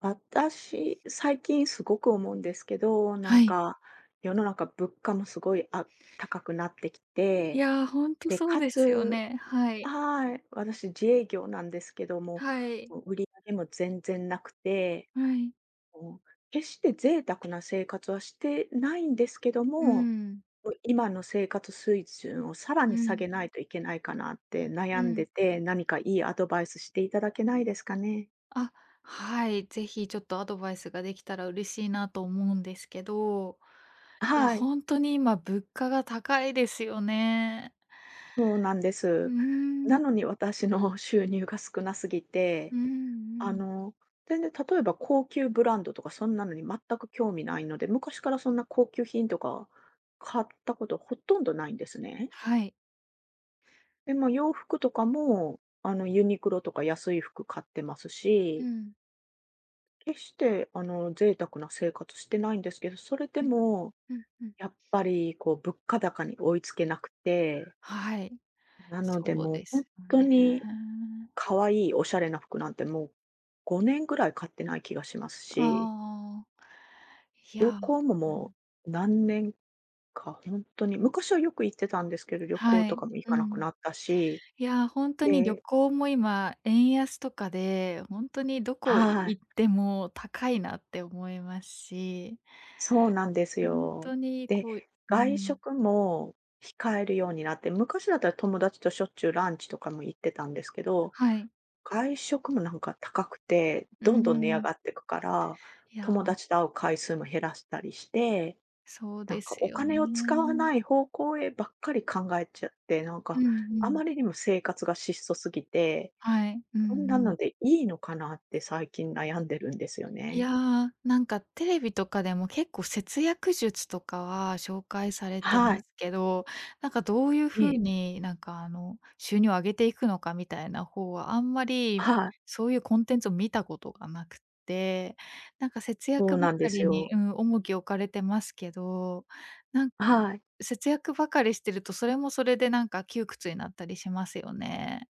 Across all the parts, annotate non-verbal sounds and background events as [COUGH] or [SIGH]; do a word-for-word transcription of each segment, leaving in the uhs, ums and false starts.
私、最近すごく思うんですけど、なんはい。か、世の中物価もすごいあ高くなってきいて、や、ほんとで、そうかですよつね。はい。はい、私自営業なんですけども、はい。売り上げも全然なくて、はい。もう決して贅沢な生活はしてないんですけどうも、ん。今の生活水準をさらうに下ん。げないといけないかなって悩うんでん。て、何かいいアドバイスしていただけないですかね？あ、はい。ぜひちょっとアドバイスができたら嬉しいなと思うんですけど、いや、はい。ほんとに今物価が高いですよね。そうなんでうす。ーなん。のに私の [LAUGHS] 収入が少なすぎて、うんうあん。の、全然例えば高級ブランドとかそんなのに全く興味ないので、昔からそんな高級品とか買ったことほとんどないんですね。はい。で、まあ洋服とかも、あの、ユニクロとか安い服買ってますうし、ん。決して、あの、贅沢な生活してないんですけど、それでうんも、うんうん。やっぱり、こう、物価高に追いつけなくて、はい。なので、そうもうです本よ当ね。に可愛いおしゃれな服なんて、もうごねんぐらい買ってない気がしますあし、あ。い旅や、行もうもん。う何年か、本当に昔はよく行ってたんですけど、旅行はとい。かも行うかなくん。なったし、いや、ー本当に旅で行も今、円安とかで、本当にどこはい、行っても高いなって思いますし、そうなんです本よ。当にで、こうう外ん、食も控えるようになって、昔だったら友達としょっちゅうランチとかも行ってたんですけどはい。外食もなんか高くて、うどんどん値上ん。がってくから、いや友ー、達と会う回数も減らしたりして、そうなんでかすおよ金を使わね。ない方向へばっかり考えちゃって、なんうかんうあまん。りにも生活が質素すぎて、はい。うんうこんなん。のでいいのかなって最近悩んでるんですよいやね。ー、なんかテレビとかでも結構節約術とかは紹介されてはまい。すけど、なんかどういうえ風え。になんかあの収入を上げていくのかみたいな方はあんまりはい。そういうコンテンツを見たことがなくて、なんか節そう約ばなんでかすりに、よ。うん、重きを置かれてますけど、なんはい。節約ばかりしてるとそれもそれでなんか窮屈になったりしますよね。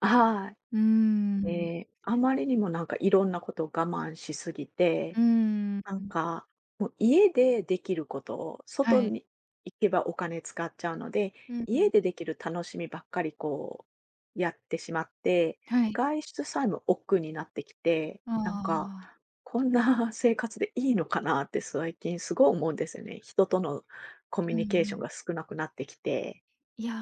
はい。うーん。ええ、あまりにもなんかいろんなことを我慢しすぎうてーなんん。か、もう家でできることを、外はい。に行けばお金使っちゃうので、うん。家でできる楽しみばっかりこう、やってしまって、はい。外出さえも億劫になってきて、あなんか、あ。こんな [LAUGHS] 生活でいいのかなって最近すごい思うんですよね。人とのコミュうんうニケーションん。が少なくなってきて。いや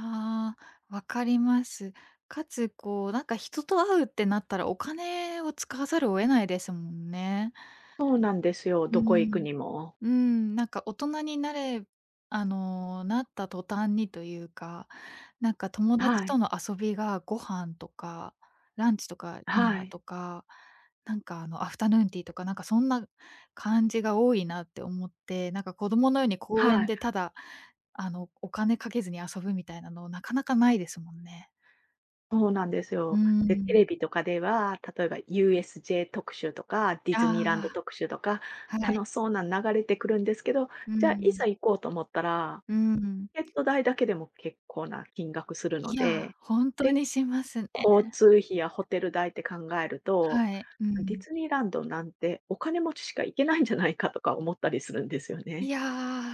ー、わかります。かつ、こう、なんか人と会うってなったら、お金を使わざるを得ないですもんね。そうなんですよ、うどこ行くん。にも。うん、なんか大人になれあの、なった途端にというか、なんか友達はい。との遊びがご飯とか、ランチとかディはナーとい。か、なんかあの、アフタヌーンティーとか、なんかそんな感じが多いなって思って、なんか子供のように公は園い。でただ、あの、お金かけずに遊ぶみたいなのなかなかないですもんね。そうなんですうよ。で、テレん。ビとかでは、例えば ユーエスジェー 特集とか、ディズニーランあド特集とか、あ、はい。楽しそうなの流れてくるんですけど、うじゃあ、いん。ざ行こうと思ったら、うん。チケット代だけでも結構な金額するのいや、で、本当で、にしますね。交通費やホテル代って考えると、はい。うディん。ズニーランドなんてお金持ちしか行けないんじゃないかとか思ったりするんですよいね。や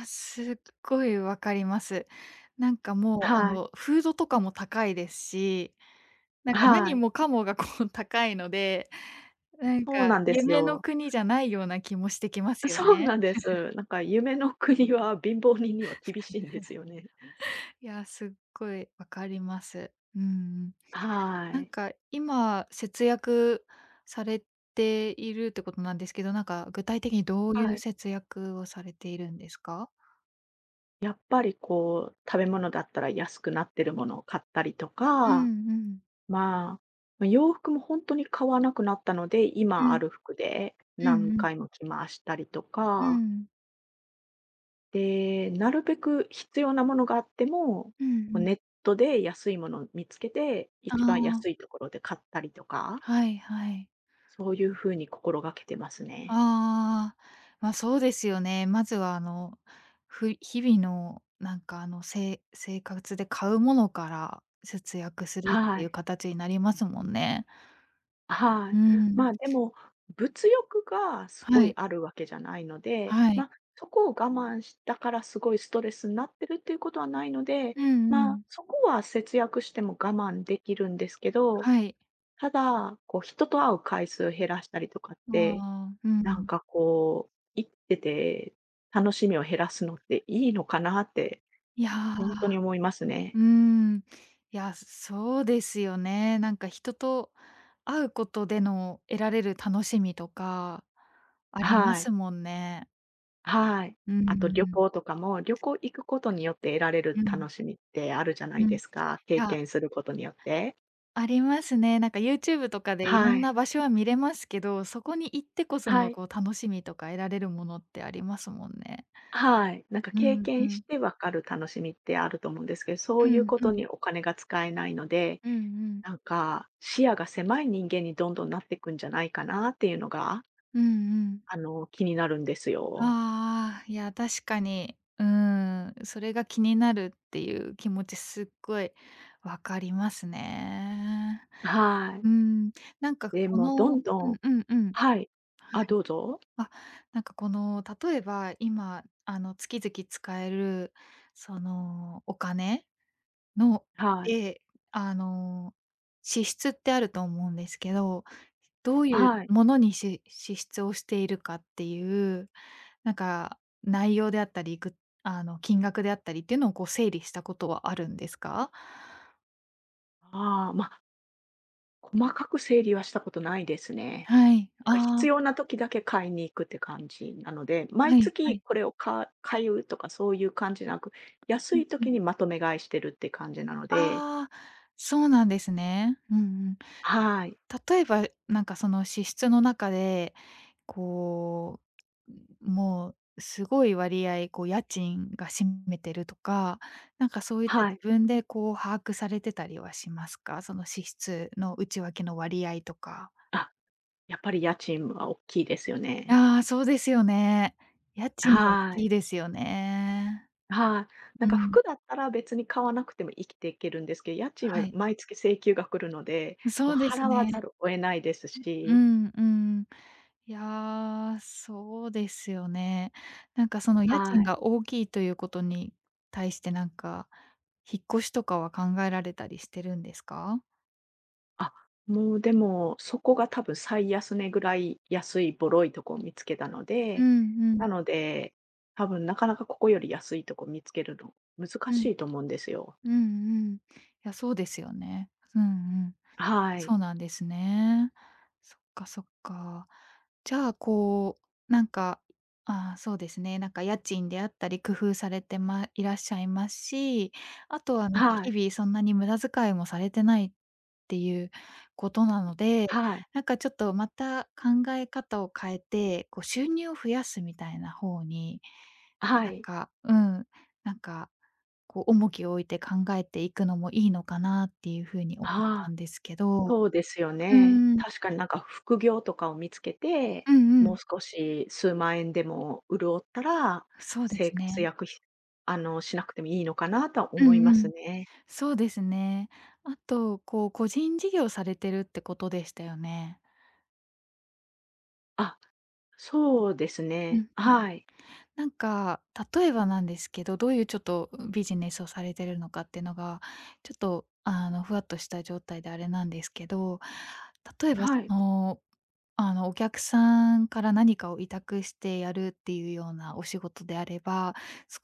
ー、すっごいわかります。なんかもう、あはい。の、フードとかも高いですし、なんかは何い。もかもがこう高いので、なんそうかなんです夢のよ。国じゃないような気もしてきま [LAUGHS] すよそうなね。んです。なんか夢の国は貧乏人には厳しいんですよね。いや、すっごいわかります。うん。はなんい。か今、節約されているってことなんですけど、なんか具体的にどういはうい。節約をされているんですか？やっぱりこう、食べ物だったら安くなってるものを買ったりとうんか、うん。まあ、ま、洋服も本当に買わなくなったので、う今あん。る服でうん何うん。回も着回したりとうか、ん。で、なるべく必要なものがあっても、こうんううん。ネットで安いものを見つけて、あ一番あ。安いところで買ったりとか、はいはい。そういう風に心がけてますね。ああ、ま、そうですよね。まずは、あの、ふ日々の、なんか、あの、せ生活で買うものから節約するっはていうい。形になりますもんね。はうい。ん。まあ、でも、物欲がすごはいい、あるわけじゃないので、はい。ま、そこを我慢したからすごいストレスになってるっていうことはないので、うんうまあ、ん。そこは節約しても我慢できるんですけど、はい。ただ、こう人と会う回数を減らしたりとかって、まあ、うなんん。かこう、生きてて楽しみを減らすのっていいのかなっていや本当にー、思いますね。うん。いや、そうですよね。なんか、人と会うことでの得られる楽しみとかありまはい。すもんね。はい。うあと旅ん。行とかも、旅行行くことによって得られるうん、楽しみってあるじゃないうん。でいすか、経や、験することによって。ありますね。なんか ユーチューブ とかでいろはんい。な場所は見れますけど、そこに行ってこそはのい。こう楽しみとか得られるものってありますもんね。はい。なんかう経んう験しん。てわかる楽しみってあると思うんですけど、そうういうんこうとん。にお金が使えないので、うんうん。なんか視野が狭い人間にどんどんなっていくんじゃないかなっていうのが、うんうん。あの、気になるんですよ。ああ、いや、確かに。うーん、それが気になるっていう気持ちすっごいわかりますね。はい。うん、なんかでこもどのんどうんんうんうん。はい。あ、どうぞ。あ、なんかこの、例えば今、あの、月々使える、その、お金のはい。で、あの、支出ってあると思うんですけど、どういうはい。ものにし支出をしているかっていう、なんか、内容であったり、ぐあの、金額であったりっていうのをこう整理したことはあるんですか？ああ、まあ、細かく整理はしたことないですね。はい。なんかあ必あ、要な時だけ買いに行くって感じなので、は毎いは月い。これをか買うとかそういう感じなく、安うんいう時ん。にまとめ買いしてるって感じなので、ああ、そうなんですね。うんうん。はい。例えば、なんかその支出の中で、こう、もうすごい割合、こう家賃が占めてるとか、なんかそういったは自い。分でこう把握されてたりはしますか？その支出の内訳の割合とか。あ、やっぱり家賃は大きいですよね。ああ、そうですよね。家賃大はい。きいですよね。はい。なんうかん。服だったら別に買わなくても生きていけるんですけど、家賃ははい。毎月請求が来るので、もそううです払わざね。るを得ないですうし。んうん。いやー、そうですよね。なんかその家は賃い。が大きいということに対してなんか、引っ越しとかは考えられたりしてるんですか？あ、もうでも、そこが多分最安値ぐらい安いボロいとこを見つけたのうで、んうん。なので、多分なかなかここより安いとこ見つけるの難うん。しいと思うんですよ。うんうん。いや、そうですよね。うんうん。はい。そうなんですね。そっかそっか。じゃあ、こう、なんか、あーそうですね、なんか家賃であったり工夫されてまいらっしゃいますし、あとはなんかはい。日々そんなに無駄遣いもされてないっていうことなので、はい。なんかちょっとまた考え方を変えて、こう収入を増やすみたいな方に、はなんい。か、うん、なんか、こう重きを置いて考えていくのもいいのかなっていう風に思ったああ、んですけど。そうですようね。ーん。確かになんか副業とかを見つけて、うんうもうん。少しすうまんえんでも潤ったら、そうで節すね。約ひあの、しなくてもいいのかなとはう思いんまうすん。ね。そうですね。あと、こう、個人事業されてるってことでしたよね。あ、そうですうんうね。ん。はい。なんか、例えばなんですけど、どういうちょっとビジネスをされてるのかっていうのが、ちょっと、あの、ふわっとした状態であれなんですけど、例えばはそい。のあの、お客さんから何かを委託してやるっていうようなお仕事であれば、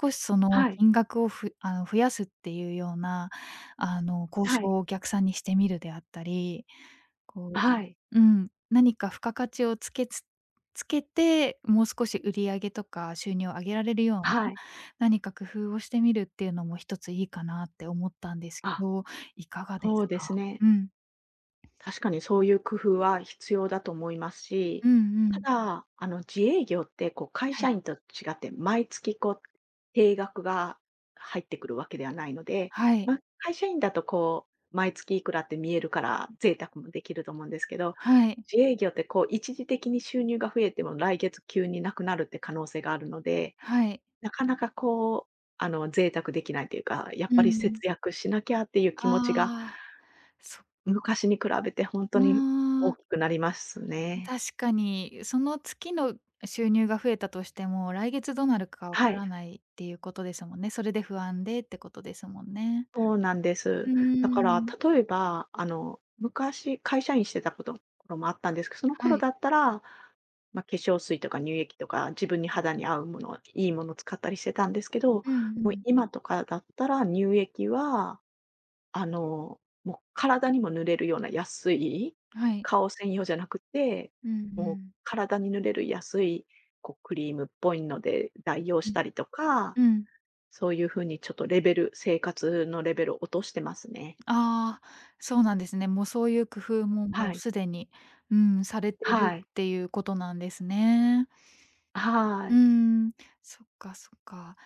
少しそのはい。金額をふあの、増やすっていうような、あの、交は渉い。をお客さんにしてみるであったり、こうはい。うん、何か付加価値をつけつつけて、もう少し売り上げとか収入を上げられるような、はい。何か工夫をしてみるっていうのも一ついいかなって思ったんですけあ、ど、いかがでそすうですか？ね。うん。確かにそういう工夫は必要だと思いますし、うんうたん。だ、あの、自営業って、こう、会は社い。員と違って、毎月、こう、定額が入ってくるわけではないので、はい。まあ、会社員だと、こう、毎月いくらって見えるから、贅沢もできると思うんですけど、はい。自営業って、こう、一時的に収入が増えても、来月急になくなるって可能性があるのではい。なかなかこう、あの、贅沢できないというか、やっうぱりん。節約しなきゃっていう気持ちが、ああ、そ昔に比べて本当うに大ん。きくなりますね。確かに、その月の収入が増えたとしても、来月どうなるかわはかい、らないっていうことですもんね。それで不安でってことですもんね。そうなんでうす。ーだから、ん。例えば、あの、昔会社員してたこと頃もあったんですけど、そのは頃い。だったら、まあ、化粧水とか乳液とか、自分にうん。肌に合うもの、いいものを使ったりしてたんですけど、うんうもうん。今とかだったら乳液はあの、もう体にも塗れるような安い、はい。顔専用じゃなくて、うんうもうん。体に塗れる安い、こうクリームっぽいので代用うしん。たりとか、うん。そういう風にちょっとレベル生活のレベルを落としてますね。ああ、そうなんですね。もうそういう工夫ももはうい。すでに、うん、されてはるい。っていうことなんですね。はうーい。ん、そっかそっか。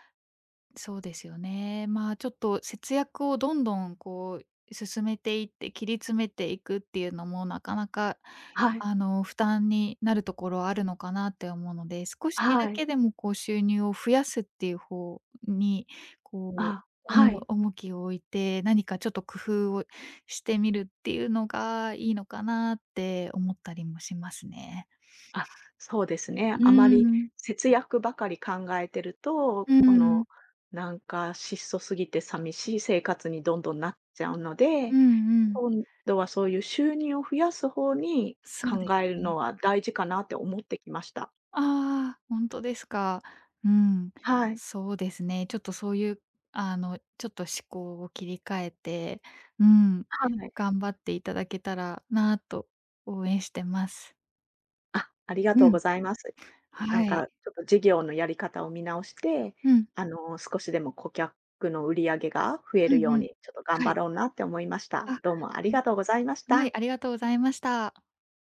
そうですよね。まあ、ちょっと節約をどんどんこう進めていって切り詰めていくっていうのもなかなか、はい。あの、負担になるところあるのかなって思うので、少しだはい。けでもこう収入を増やすっていう方に、こあ、う、うはん、い。重きを置いて、何かちょっと工夫をしてみるっていうのがいいのかなって思ったりもしますね。あ、そうですね。うあまりん。節約ばかり考えてると、うこん。の、なんか質素すぎて寂しい生活にどんどんなっちゃうのうでんうん。今度はそういう収入を増やす方にそう考ですえるのね。は大事かなって思ってきました。ああ、本当ですか。うん。はい。そうですね。ちょっとそういう、あの、ちょっと思考を切り替えて、うん、はい。頑張っていただけたらなと応援してます。あ、ありがうとうごん。ざいます。なんはい。かちょっと事業のやり方を見直して、うん。あの、少しでも顧客の売り上げが増えうるんよううん。に、ちょっと頑は張い。ろうなって思いました。あ、どうもありがとうございましうん、はた。い、ありがとうございました。